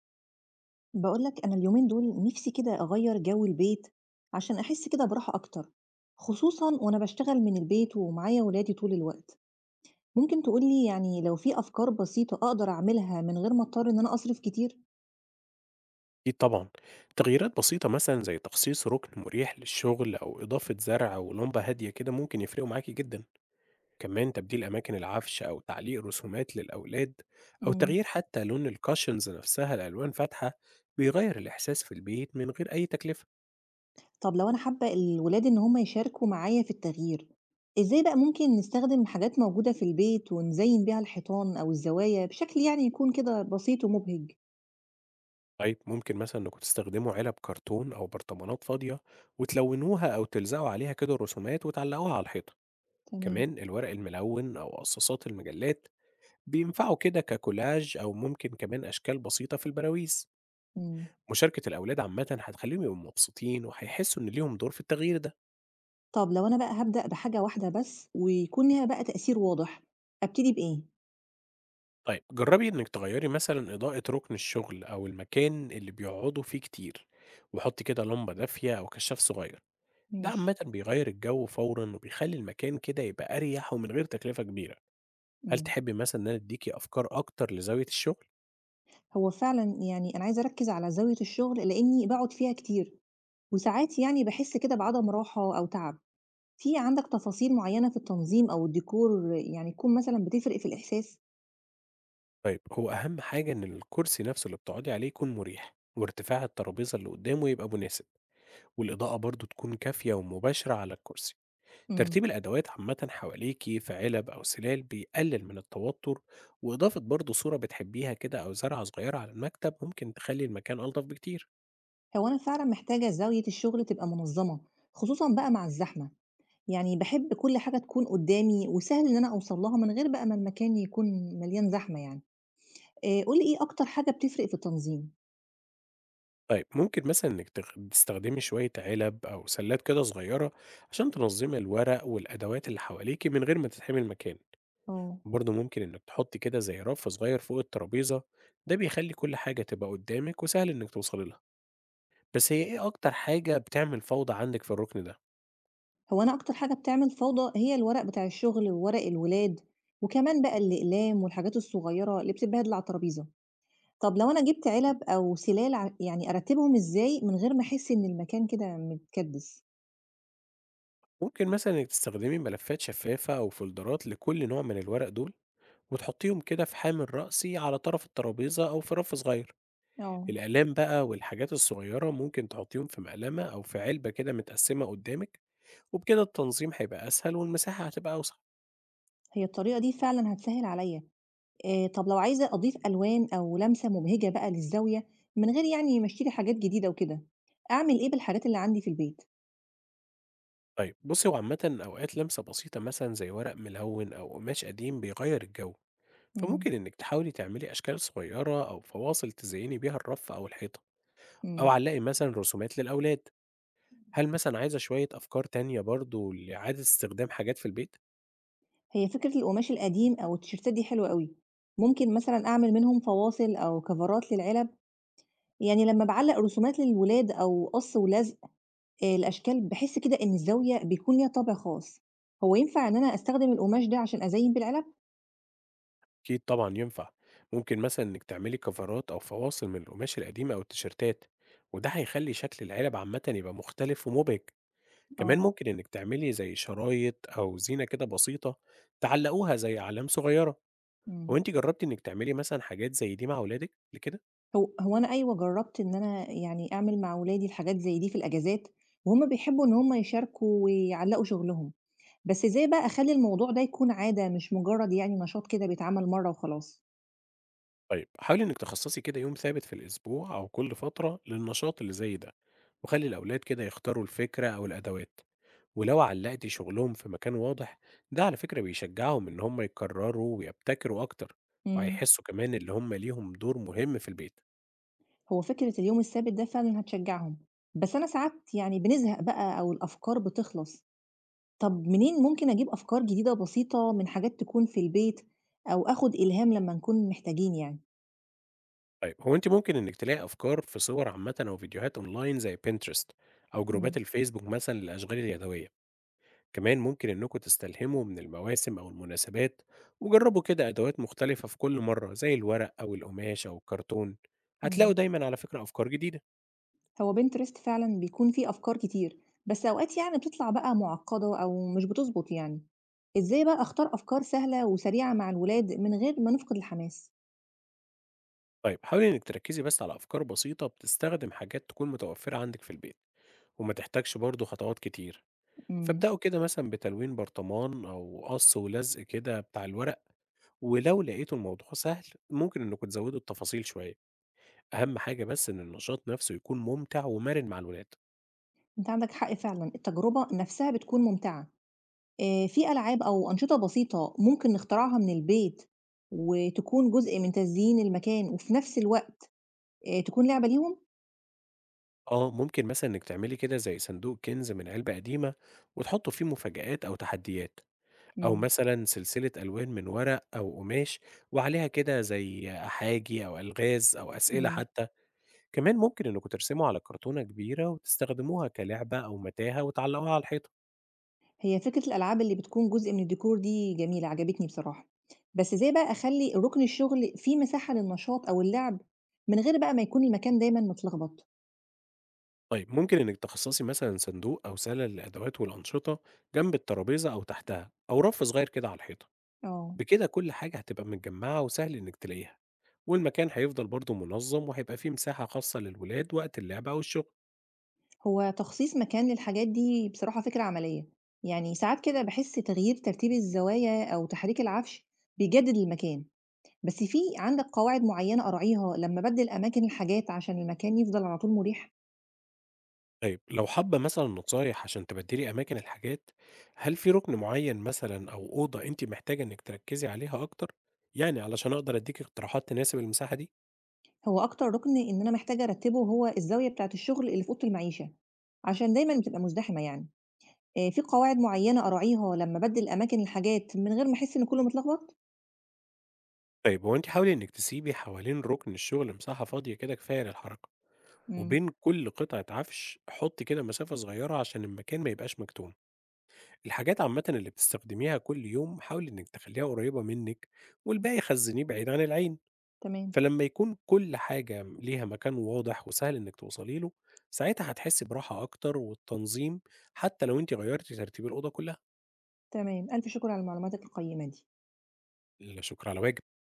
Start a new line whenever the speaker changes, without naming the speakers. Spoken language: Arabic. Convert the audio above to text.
بقولك أنا اليومين دول نفسي كده أغير جو البيت عشان أحس كده براحة أكتر، خصوصا وأنا بشتغل من البيت ومعايا ولادي طول الوقت. ممكن تقولي يعني لو في أفكار بسيطة أقدر أعملها من غير ما أضطر إن أنا أصرف كتير؟
أكيد طبعًا، تغييرات بسيطة مثلًا زي تخصيص ركن مريح للشغل أو إضافة زرع أو لمبة هادية كده ممكن يفرقوا معاكِ جدًا، كمان تبديل أماكن العفش أو تعليق رسومات للأولاد أو تغيير
مم.
حتى لون الcushions نفسها لألوان فاتحة بيغيّر الإحساس في البيت من غير أي تكلفة.
طب لو أنا حابة الولاد إن هما يشاركوا معايا في التغيير، إزاي بقى ممكن نستخدم حاجات موجودة في البيت ونزين بيها الحيطان أو الزوايا بشكل يعني يكون كده بسيط ومبهج؟
طيب ممكن مثلًا إنكم تستخدموا علب كرتون أو برطمانات فاضية وتلونوها أو تلزقوا عليها كده رسومات وتعلقوها على الحيطة،
تمام.
كمان الورق الملون أو قصاصات المجلات بينفعوا كده ككولاج أو ممكن كمان أشكال بسيطة في البراويز.
مم.
مشاركة الأولاد عامة هتخليهم يبقوا مبسوطين وهيحسوا إن ليهم دور في التغيير ده.
طب لو أنا بقى هابدأ بحاجة واحدة بس ويكون ليها بقى تأثير واضح، أبتدي بإيه؟
طيب جربي إنك تغيري مثلا إضاءة ركن الشغل أو المكان اللي بيقعدوا فيه كتير وحطي كده لمبة دافية أو كشاف صغير، ده عامة
ماشي.
بيغير الجو فورا وبيخلي المكان كده يبقى أريح ومن غير تكلفة كبيرة. هل
امم
تحبي مثلا إن أنا أديكي أفكار أكتر لزاوية الشغل؟
هو فعلًا يعني أنا عايزة أركّز على زاوية الشغل لإني باقعد فيها كتير، وساعات يعني باحس كده بعدم راحة أو تعب. في عندك تفاصيل معينة في التنظيم أو الديكور يعني تكون مثلًا بتفرق في الإحساس؟
طيب هو أهم حاجة إن الكرسي نفسه اللي بتقعدي عليه يكون مريح وارتفاع الترابيزة اللي قدامه يبقى مناسب، والإضاءة برضو تكون كافية ومباشرة على الكرسي.
امم
ترتيب الأدوات عامة حواليكي في علب أو سلال بيقلل من التوتر، وإضافة برضو صورة بتحبيها كده أو زرعة صغيرة على المكتب ممكن تخلي المكان ألطف بكتير.
هو أنا فعلًا محتاجة زاوية الشغل تبقى منظمة، خصوصًا بقى مع الزحمة، يعني باحب كل حاجة تكون قدامي وسهل إن أنا أوصل لها من غير بقى ما المكان يكون مليان زحمة يعني. قُل لي إيه أكتر حاجة بتفرق في التنظيم؟
طيب ممكن مثلا تستخدمي شوية علب أو سلات كده صغيرة عشان تنظمي الورق والأدوات اللي حواليكي من غير ما تتحمي المكان.
آه.
برضو ممكن إنك تحطي كده زي رف صغير فوق الترابيزة، ده بيخلي كل حاجة تبقى قدامك وسهل إنك توصلي لها. بس هي إيه أكتر حاجة بتعمل فوضى عندِك في الرُكن ده؟
هو أنا أكتر حاجة بتعمل فوضى هي الورق بتاع الشغل، وورق الولاد، وكمان بقى الأقلام والحاجات الصغيرة اللي بتتبهدل على الترابيزة. طب لو أنا جِبت علب أو سلال ع يعني أرتّبهم إزاي من غير ما أحس إن المكان كده متكدِّس؟
ممكن مثلًا إنِّك تستخدمي ملفات شفافة أو فولدرات لكل نوع من الورق دول، وتحطيهم كده في حامل رأسي على طرف الترابيزة أو في رف صغير.
آه.
الأقلام بقى والحاجات الصغيرة ممكن تحطيهم في مقلمة أو في علبة كده متقسمة قدامِك، وبكده التنظيم هيبقى أسهل والمساحة هتبقى أوسع.
هي الطريقة دي فعلًا هتسهِّل عليّا. طب لو عايزة أضيف ألوان أو لمسة مبهجة بقى للزاوية من غير يعني ما أشتري حاجات جديدة وكده، أعمل إيه بالحاجات اللي عندي في البيت؟
طيب بُصّي، هو عامةً أوقات لمسة بسيطة مثلًا زي ورق ملوِّن أو قماش قديم بيغيّر الجو،
إمم.
فممكن إنِّك تحاولي تعملي أشكال صغيرة أو فواصل تزيّني بيها الرف أو الحيطة. أو
إمم.
علّقي مثلًا رسومات للأولاد. هل مثلًا عايزة شوية أفكار تانية برضه لإعادة استخدام حاجات في البيت؟
هي فكرة القماش القديم أو التيشيرتات دي حلوة أوي، ممكن مثلًا أعمل منهم فواصل أو كفرات للعلب، يعني لمّا باعلّق رسومات للولاد أو قص ولزق الأشكال، باحس كده إن الزاوية بيكون ليها طابع خاص. هو ينفع إن أنا أستخدم القماش ده عشان أزين بيه العلب؟
أكيد طبعًا ينفع. ممكن مثلًا إنِّك تعملي كفرات أو فواصل من القماش القديمة أو التيشيرتات، وده هيخلّي شكل العلب عامةً يبقى مختلف ومُبهج. كمان
آه.
ممكن إنِّك تعملي زي شرايط أو زينة كده بسيطة تعلّقوها زي أعلام صغيرة. هو
إمم.
أنتِ جرّبتِ إنِّك تعملي مثلًا حاجات زي دي مع ولادِك قبل كده؟
هو أنا أيوه جرّبت إن أنا يعني أعمل مع ولادي الحاجات زي دي في الأجازات، وهُم بيحبوا إن هُم يشاركوا ويعلّقوا شغلهم، بس إزاي بقى أخلّي الموضوع ده يكون عادة مش مجرد يعني نشاط كده بيتعمل مرّة وخلاص؟
طيب حاولي إنِك تخصصي كده يوم ثابت في الأسبوع أو كل فترة للنشاط اللي زي ده، وخلي الأولاد كده يختاروا الفكرة أو الأدوات، ولو علقتي شغلهم في مكان واضح ده على فكرة بيشجعهم إن هم يكرروا ويبتكروا أكتر،
إمم.
وهيحسوا كمان اللي هم ليهم دور مهم في البيت.
هو فكرة اليوم الثابت ده فعلًا هتشجّعهم، بس أنا ساعات يعني بنزهق بقى أو الأفكار بتخلص. طَب منين ممكن أجيب أفكار جديدة بسيطة من حاجات تكون في البيت أو آخُد إلهام لمّا نكون محتاجين يعني؟
طيب هو أنت ممكن إنك تلاقي أفكار في صور عامة أو فيديوهات أونلاين زي بنترست أو جروبات
إمم.
الفيسبوك مثلا للأشغال اليدوية، كمان ممكن إنكم تستلهموا من المواسم أو المناسبات وجربوا كده أدوات مختلفة في كل مرة زي الورق أو القماش أو الكرتون، هتلاقوا
إمم.
دايما على فكرة أفكار جديدة.
هو Pinterest فعلًا بيكون فيه أفكار كتير، بس أوقات يعني بتطلع بقى مُعقّدة أو مش بتضبط يعني. إزاي بقى أختار أفكار سهلة وسريعة مع الولاد من غير ما نفقد الحماس؟
طيب حاولي إنك تركزي بس على أفكار بسيطة بتستخدم حاجات تكون متوفرة عندك في البيت وما تحتاجش برضه خطوات كتير،
إمم.
فابدأوا كده مثلا بتلوين برطمان أو قص ولزق كده بتاع الورق، ولو لقيتوا الموضوع سهل ممكن إنكم تزودوا التفاصيل شوية. أهم حاجة بس إن النشاط نفسه يكون ممتع ومرن مع الولاد.
أنت عندك حق فعلًا، التجربة نَفْسها بتكون ممتعة. في ألعاب أو أنشطة بسيطة ممكن نخترعها من البيت وتكون جزء من تزيين المكان وفي نفس الوقت تكون لعبة ليهم؟
آه، ممكن مثلًا إنِّك تعملي كده زي صندوق كنز من علبة قديمة وتحطّوا فيه مفاجآت أو تحديات، أو
إمم.
مثلًا سلسلة ألوان من ورق أو قماش وعليها كده زي أحاجي أو ألغاز أو أسئلة
إمم.
حتى، كمان ممكن إنّكم ترسموا على كرتونة كبيرة وتستخدموها كلعبة أو متاهة وتعلّقوها على الحيطة.
هي فكرة الألعاب اللي بتكون جزء من الdecor دي جميلة، عجبتني بصراحة. بس إزاي بقى أخلّي رُكن الشغل فيه مساحة للنشاط أو اللعب من غير بقى ما يكون المكان دايمًا متلخبط؟
طيب ممكن إنِّك تخصّصي مثلًا صندوق أو سَلَة للأدوات والأنشطة جنب الترابيزة أو تحتها، أو رَف صغير كده على الحيطة،
آه.
بكده كل حاجة هتبقى متجمّعة وسهل إنِّك تلاقيها. والمكان هيفضل برضه منظم وهيبقى فيه مساحة خاصة للولاد وقت اللعب أو الشغل.
هو تخصيص مكان للحاجات دي بصراحة فكرة عملية. يعني ساعات كده باحس تغيير ترتيب الزوايا أو تحريك العفش بيجدد المكان. بس في عندك قواعد معيّنة أراعيها لمّا أبدِّل أماكن الحاجات عشان المكان يفضل على طول مريح؟
طيب لو حابة مثلا نصايح عشان تبدلي أماكن الحاجات، هل في ركن معين مثلا أو أوضة أنت محتاجة إنك تركزي عليها أكتر؟ يعني علشان أقدر أديك اقتراحات تناسب المساحة دي.
هو أكتر رُكن إن أنا محتاجة أرتّبه هو الزاوية بتاعة الشغل اللي في أوضة المعيشة، عشان دايمًا بتبقى مُزدحمة يعني. في قواعد معيّنة أراعيها لمّا أبدِّل أماكن الحاجات من غير ما أحس إن كُلّه متلخبط؟
طيب هو أنت حاولي إنك تسيبي حوالين ركن الشغل مساحة فاضية كده كفاية للحركة،
إمم.
وبين كل قطعة عفش حطي كده مسافة صغيرة عشان المكان ما يبقاش مكتوم. الحاجات عامة اللي بتستخدميها كل يوم حاولي إنك تخليها قريبة منك، والباقي خزنيه بعيد عن العين.
تمام.
فلمّا يكون كل حاجة ليها مكان واضح وسهل إنِّك توصلي له، ساعتها هتحسّي براحة أكتر والتنظيم، حتى لو أنتِ غيّرتِ ترتيب الأوضة كلّها.
تمام. ألف شكر على المعلومات القيّمة دي.
لا شكر على واجب.